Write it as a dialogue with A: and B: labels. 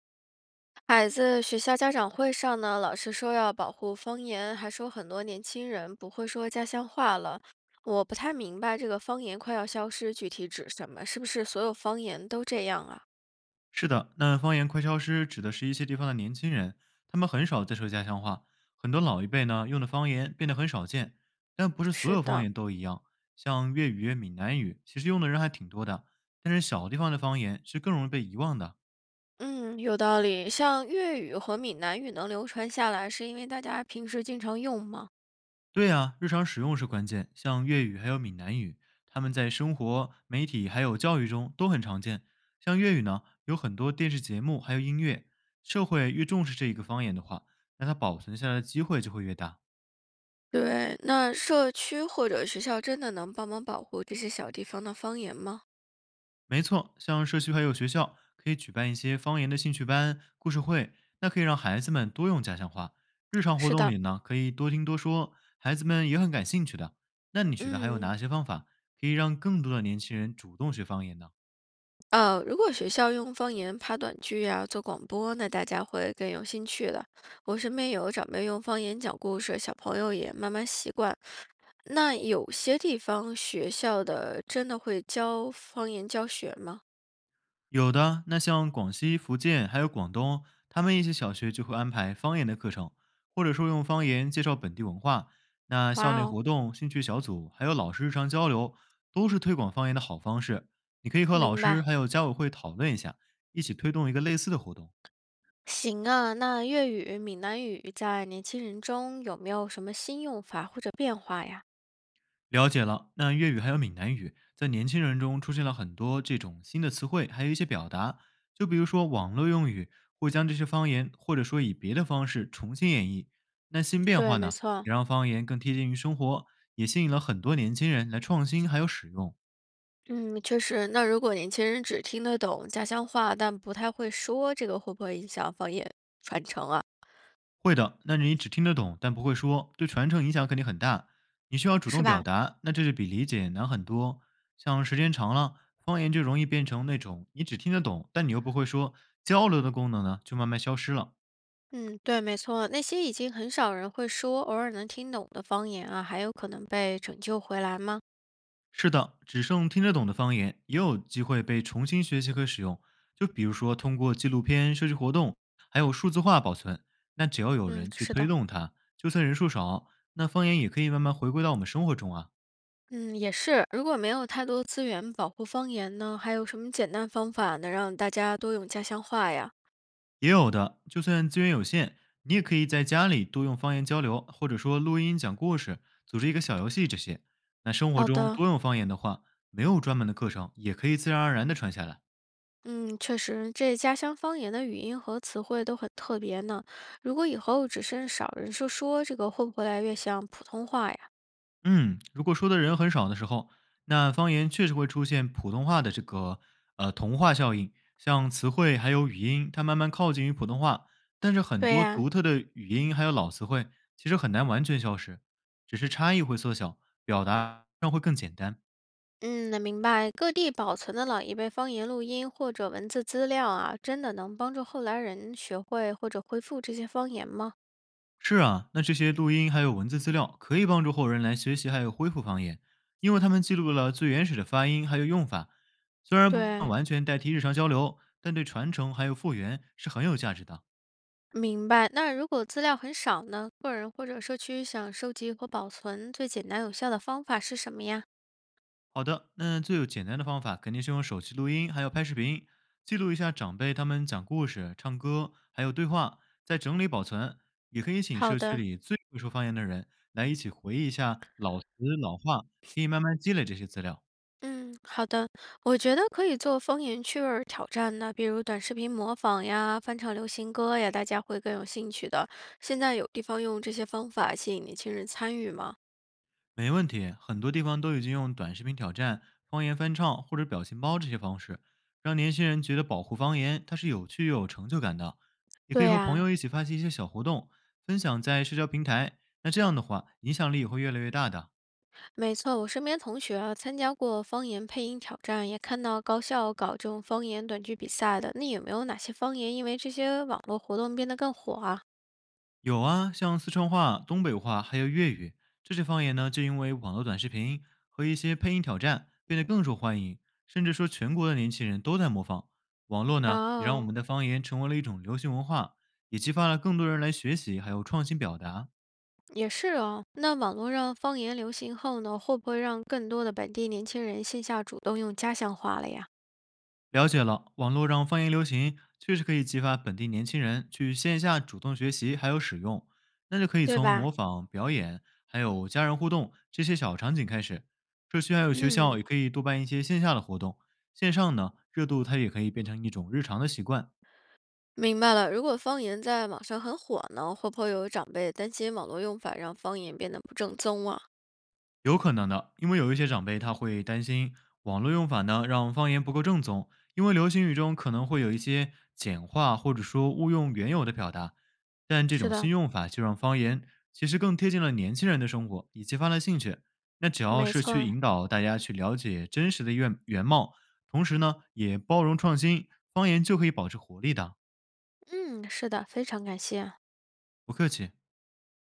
A: 孩子学校家长会上呢，老师说要保护方言，还说很多年轻人不会说家乡话了。我不太明白这个方言快要消失具体指什么，是不是所有方言都这样啊？
B: 是的，那方言快消失指的是一些地方的年轻人，他们很少再说家乡话。很多老一辈呢用的方言变得很少见，但不是所
A: 是
B: 有方
A: 的。
B: 言都一样。像粤语、闽南语，其实用的人还挺多的，但是小地方的方言是更容易被遗忘的。
A: 嗯，有道理。像粤语和闽南语能流传下来，是因为大家平时经常用吗？
B: 对啊，日常使用是关键。像粤语还有闽南语，他们在生活、媒体还有教育中都很常见。像粤语呢，有很多电视节目还有音乐，社会越重视这一个方言的话，那它保存下来的机会就会越大。
A: 对，那社区或者学校真的能帮忙保护这些小地方的方言吗？
B: 没错，像社区还有学校可以举办一些方言的兴趣班、故事会，那可以让孩子们多用家乡话。日常活
A: 是
B: 动
A: 的。
B: 里呢，可以多听多说，孩子们也很感兴趣的。那你觉得还有
A: 嗯，
B: 哪些方法可以让更多的年轻人主动学方言呢？
A: 如果学校用方言拍短剧啊，做广播，那大家会更有兴趣的。我身边有长辈用方言讲故事，小朋友也慢慢习惯。那有些地方学校的真的会教方言教学吗？
B: 有的，那像广西、福建还有广东，他们一些小学就会安排方言的课程，或者说用方言介绍本地文化。那校
A: 哇
B: 内
A: 哦，
B: 活动、兴趣小组，还有老师日常交流，都是推广方言的好方式。你可以和老
A: 明
B: 师
A: 白。
B: 还有家委会讨论一下，一起推动一个类似的活动。
A: 行啊，那粤语、闽南语在年轻人中有没有什么新用法或者变化呀？
B: 了解了，那粤语还有闽南语，在年轻人中出现了很多这种新的词汇，还有一些表达，就比如说网络用语会将这些方言，或者说以别的方式重新演绎。那新变
A: 对，
B: 化
A: 没
B: 呢，
A: 错。
B: 也让方言更贴近于生活，也吸引了很多年轻人来创新还有使用。
A: 嗯，确实。那如果年轻人只听得懂家乡话，但不太会说，这个会不会影响方言传承啊？
B: 会的，那你只听得懂，但不会说，对传承影响肯定很大。你需要主
A: 是
B: 动表
A: 吧？
B: 达，那这就比理解难很多。像时间长了，方言就容易变成那种你只听得懂，但你又不会说，交流的功能呢就慢慢消失了。
A: 嗯，对，没错。那些已经很少人会说，偶尔能听懂的方言啊，还有可能被拯救回来吗？
B: 是的，只剩听得懂的方言也有机会被重新学习和使用，就比如说通过纪录片、社区活动，还有数字化保存。那只要有
A: 嗯，
B: 人去
A: 是
B: 推
A: 的。
B: 动它，就算人数少，那方言也可以慢慢回归到我们生活中啊。
A: 嗯，也是。如果没有太多资源保护方言呢，还有什么简单方法能让大家多用家乡话呀？
B: 也有的，就算资源有限，你也可以在家里多用方言交流，或者说录音讲故事，组织一个小游戏这些。那生活
A: 好
B: 中
A: 的。
B: 多用方言的话，没有专门的课程，也可以自然而然的传下来。
A: 嗯，确实，这家乡方言的语音和词汇都很特别呢。如果以后只剩少人说说，这个会不会越来越像普通话呀？
B: 嗯，如果说的人很少的时候，那方言确实会出现普通话的这个同化效应，像词汇还有语音，它慢慢靠近于普通话，但是很
A: 对
B: 多
A: 呀、
B: 独特的语音还有老词汇，其实很难完全消失，只是差异会缩小，表达上会更简单。
A: 嗯，那明白。各地保存的老一辈方言录音或者文字资料啊，真的能帮助后来人学会或者恢复这些方言吗？
B: 是啊，那这些录音还有文字资料可以帮助后人来学习还有恢复方言，因为他们记录了最原始的发音还有用法。虽然不能
A: 对。
B: 完全代替日常交流，但对传承还有复原是很有价值的。
A: 明白。那如果资料很少呢？个人或者社区想收集和保存最简单有效的方法是什么呀？
B: 好的，那最有简单的方法肯定是用手机录音，还有拍视频，记录一下长辈他们讲故事、唱歌还有对话，再整理保存。也可以请
A: 好
B: 社区
A: 的。
B: 里最会说方言的人来一起回忆一下老词老话，可以慢慢积累这些资料。
A: 嗯，好的，我觉得可以做方言趣味儿挑战的，比如短视频模仿呀，翻唱流行歌呀，大家会更有兴趣的。现在有地方用这些方法吸引年轻人参与吗？
B: 没问题，很多地方都已经用短视频挑战、方言翻唱或者表情包这些方式，让年轻人觉得保护方言它是有趣又有成就感的。也可
A: 对
B: 以和朋
A: 呀，
B: 友一起发起一些小活动，分享在社交平台，那这样的话，影响力也会越来越大的。
A: 没错，我身边同学啊参加过方言配音挑战，也看到高校搞这种方言短剧比赛的。那有没有哪些方言因为这些网络活动变得更火啊？
B: 有啊，像四川话、东北话还有粤语这些方言呢，就因为网络短视频和一些配音挑战变得更受欢迎，甚至说全国的年轻人都在模仿。网络呢，也让我
A: 哦，
B: 们的方言成为了一种流行文化，也激发了更多人来学习还有创新表达。
A: 也是哦。那网络让方言流行后呢，会不会让更多的本地年轻人线下主动用家乡话了呀？
B: 了解了，网络让方言流行，确实可以激发本地年轻人去线下主动学习还有使用。那就可以
A: 对
B: 从
A: 吧？
B: 模仿、表演，还有家人互动这些小场景开始。社区还有学校也
A: 嗯，
B: 可以多办一些线下的活动，线上呢热度它也可以变成一种日常的习惯。
A: 明白了。如果方言在网上很火呢，会不会有长辈担心网络用法让方言变得不正宗啊？
B: 有可能的，因为有一些长辈他会担心网络用法呢让方言不够正宗，因为流行语中可能会有一些简化或者说误用原有的表达，但这
A: 是
B: 种
A: 的，
B: 新用法就让方言其实更贴近了年轻人的生活，也激发了兴趣。那只要
A: 没
B: 是去
A: 错。
B: 引导大家去了解真实的原原貌，同时呢也包容创新，方言就可以保持活力的。
A: 嗯，是的，非常感谢。
B: 不客气。